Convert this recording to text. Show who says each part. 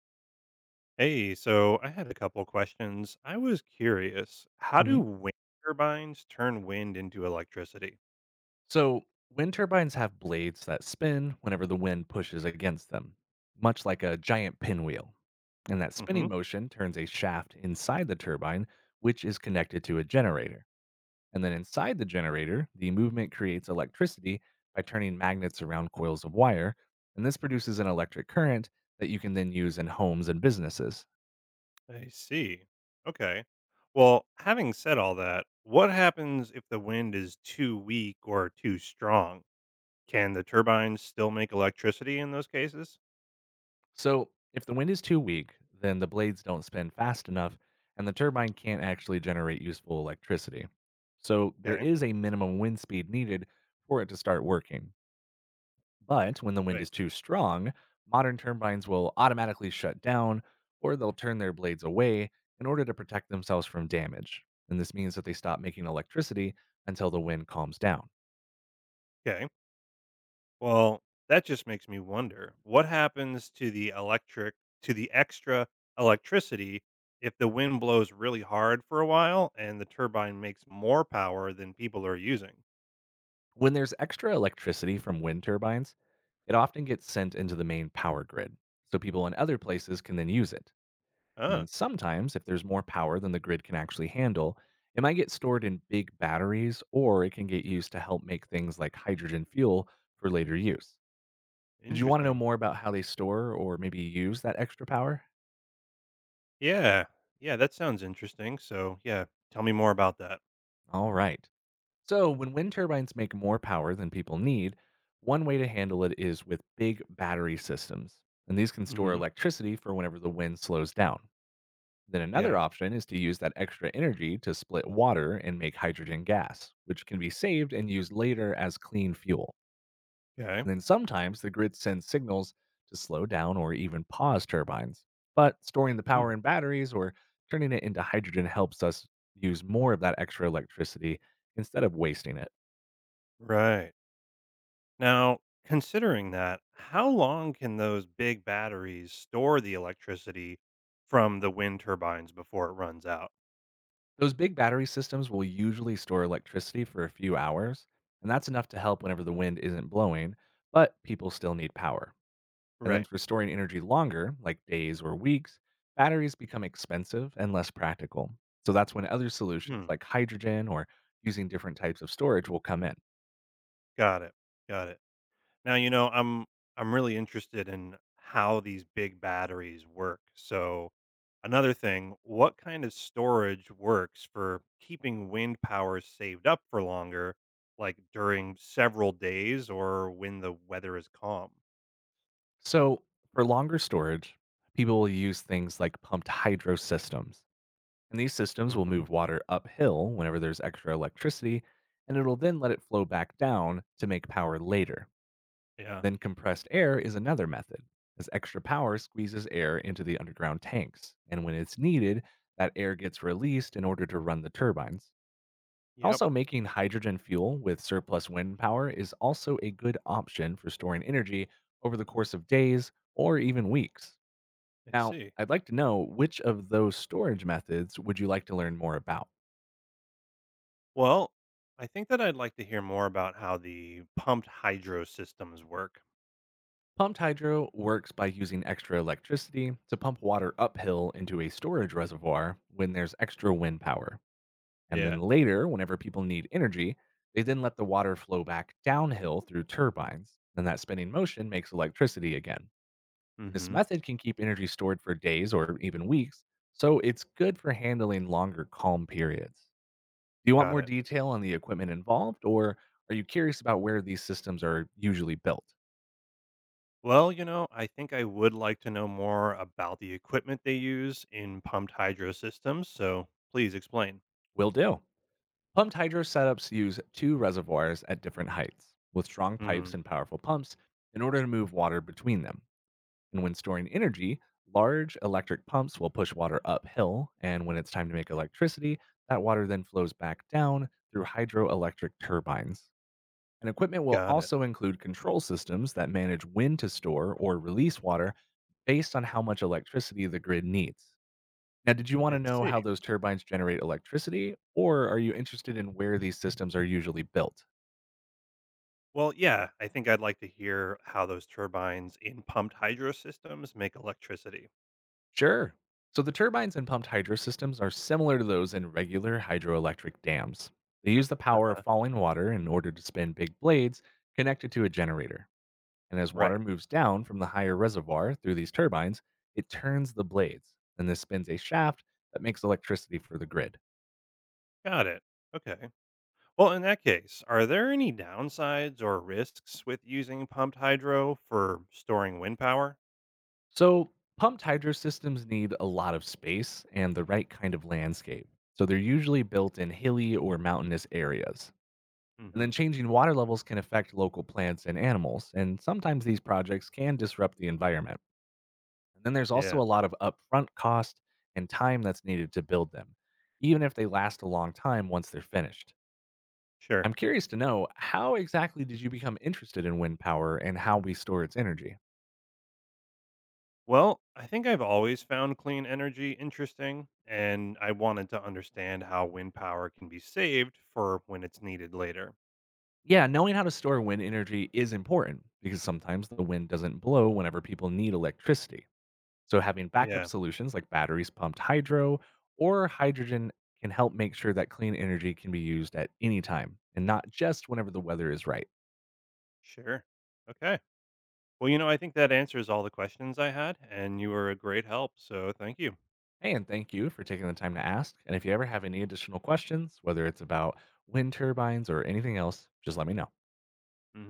Speaker 1: Hey, so I had a couple questions. I was curious, how do
Speaker 2: Mhm.
Speaker 1: wind turbines turn wind into electricity?
Speaker 2: So, wind turbines have blades that spin whenever the wind pushes against them, much like a giant pinwheel. And that
Speaker 1: Hmm.
Speaker 2: spinning motion turns a shaft inside the turbine, which is connected to a generator. And then inside the generator, the movement creates electricity by turning magnets around coils of wire. And this produces an electric current that you can then use in homes and businesses.
Speaker 1: I see. Okay. Well, having said all that, what happens if the wind is too weak or too strong? Can the turbines still make electricity in those cases?
Speaker 2: So, if the wind is too weak, then the blades don't spin fast enough and the turbine can't actually generate useful electricity. So, there
Speaker 1: Okay.
Speaker 2: is a minimum wind speed needed for it to start working. But when the wind
Speaker 1: Right.
Speaker 2: is too strong, modern turbines will automatically shut down or they'll turn their blades away in order to protect themselves from damage. And this means that they stop making electricity until the wind calms down.
Speaker 1: Okay. Well, that just makes me wonder what happens to the extra electricity if the wind blows really hard for a while and the turbine makes more power than people are using.
Speaker 2: When there's extra electricity from wind turbines, it often gets sent into the main power grid, so people in other places can then use it. And
Speaker 1: Ah,
Speaker 2: then sometimes, if there's more power than the grid can actually handle, it might get stored in big batteries or it can get used to help make things like hydrogen fuel for later use. Did you want to know
Speaker 1: interesting.
Speaker 2: more about how they store or maybe use that extra power?
Speaker 1: Yeah. Yeah, that sounds interesting. So, yeah, tell me more about that.
Speaker 2: All right. So, when wind turbines make more power than people need, one way to handle it is with big battery systems. And these can store
Speaker 1: Mhm.
Speaker 2: electricity for whenever the wind slows down. Then another
Speaker 1: Yeah.
Speaker 2: option is to use that extra energy to split water and make hydrogen gas, which can be saved and used later as clean fuel.
Speaker 1: Okay.
Speaker 2: And then sometimes the grid sends signals to slow down or even pause turbines. But storing the
Speaker 1: Mhm.
Speaker 2: power in batteries or turning it into hydrogen helps us use more of that extra electricity instead of wasting it.
Speaker 1: Right. Now, considering that, how long can those big batteries store the electricity from the wind turbines before it runs out?
Speaker 2: Those big battery systems will usually store electricity for a few hours, and that's enough to help whenever the wind isn't blowing, but people still need power. And then
Speaker 1: Right.
Speaker 2: for storing energy longer, like days or weeks, batteries become expensive and less practical. So that's when other solutions
Speaker 1: Hmm.
Speaker 2: like hydrogen or using different types of storage will come in.
Speaker 1: Got it. Got it. Now, I'm really interested in how these big batteries work. So, another thing, what kind of storage works for keeping wind power saved up for longer, like during several days or when the weather is calm?
Speaker 2: So, for longer storage, people will use things like pumped hydro systems. And these systems will
Speaker 1: Hmm.
Speaker 2: move water uphill whenever there's extra electricity, and it'll then let it flow back down to make power later.
Speaker 1: Yeah.
Speaker 2: Then, compressed air is another method, as extra power squeezes air into the underground tanks. And when it's needed, that air gets released in order to run the turbines.
Speaker 1: Yep.
Speaker 2: Also, making hydrogen fuel with surplus wind power is also a good option for storing energy over the course of days or even weeks.
Speaker 1: I
Speaker 2: Now,
Speaker 1: see.
Speaker 2: I'd like to know which of those storage methods would you like to learn more about?
Speaker 1: Well, I think that I'd like to hear more about how the pumped hydro systems work.
Speaker 2: Pumped hydro works by using extra electricity to pump water uphill into a storage reservoir when there's extra wind power. And then
Speaker 1: Yeah.
Speaker 2: later, whenever people need energy, they then let the water flow back downhill through turbines. And that spinning motion makes electricity again. This
Speaker 1: Hmm.
Speaker 2: method can keep energy stored for days or even weeks, so it's good for handling longer calm periods. Do you want
Speaker 1: Got
Speaker 2: more
Speaker 1: it.
Speaker 2: detail on the equipment involved, or are you curious about where these systems are usually built?
Speaker 1: Well, I think I would like to know more about the equipment they use in pumped hydro systems, so please explain.
Speaker 2: Will do. Pumped hydro setups use two reservoirs at different heights, with strong
Speaker 1: Hmm.
Speaker 2: pipes and powerful pumps in order to move water between them. And when storing energy, large electric pumps will push water uphill, and when it's time to make electricity, that water then flows back down through hydroelectric turbines. And equipment will
Speaker 1: Got it.
Speaker 2: also include control systems that manage when to store or release water based on how much electricity the grid needs. Now, did you want
Speaker 1: I
Speaker 2: to know
Speaker 1: see.
Speaker 2: how those turbines generate electricity, or are you interested in where these systems are usually built?
Speaker 1: Well, yeah, I think I'd like to hear how those turbines in pumped hydro systems make electricity.
Speaker 2: Sure. So, the turbines in pumped hydro systems are similar to those in regular hydroelectric dams. They use the
Speaker 1: Uh,
Speaker 2: power of falling water in order to spin big blades connected to a generator. And as water
Speaker 1: right.
Speaker 2: moves down from the higher reservoir through these turbines, it turns the blades, and this spins a shaft that makes electricity for the grid.
Speaker 1: Got it. Okay. Well, in that case, are there any downsides or risks with using pumped hydro for storing wind power?
Speaker 2: So, pumped hydro systems need a lot of space and the right kind of landscape. So, they're usually built in hilly or mountainous areas. And
Speaker 1: Hmm.
Speaker 2: then changing water levels can affect local plants and animals, and sometimes these projects can disrupt the environment. And then there's also
Speaker 1: Yeah,
Speaker 2: a lot of upfront cost and time that's needed to build them, even if they last a long time once they're finished.
Speaker 1: sure.
Speaker 2: I'm curious to know how exactly did you become interested in wind power and how we store its energy?
Speaker 1: Well, I think I've always found clean energy interesting, and I wanted to understand how wind power can be saved for when it's needed later.
Speaker 2: Yeah, knowing how to store wind energy is important because sometimes the wind doesn't blow whenever people need electricity. So, having backup
Speaker 1: Yeah,
Speaker 2: solutions like batteries pumped hydro or hydrogen can help make sure that clean energy can be used at any time and not just whenever the weather is right.
Speaker 1: sure. Okay. Well, I think that answers all the questions I had, and you were a great help. So thank you.
Speaker 2: Hey, and thank you for taking the time to ask. And if you ever have any additional questions, whether it's about wind turbines or anything else, just let me know.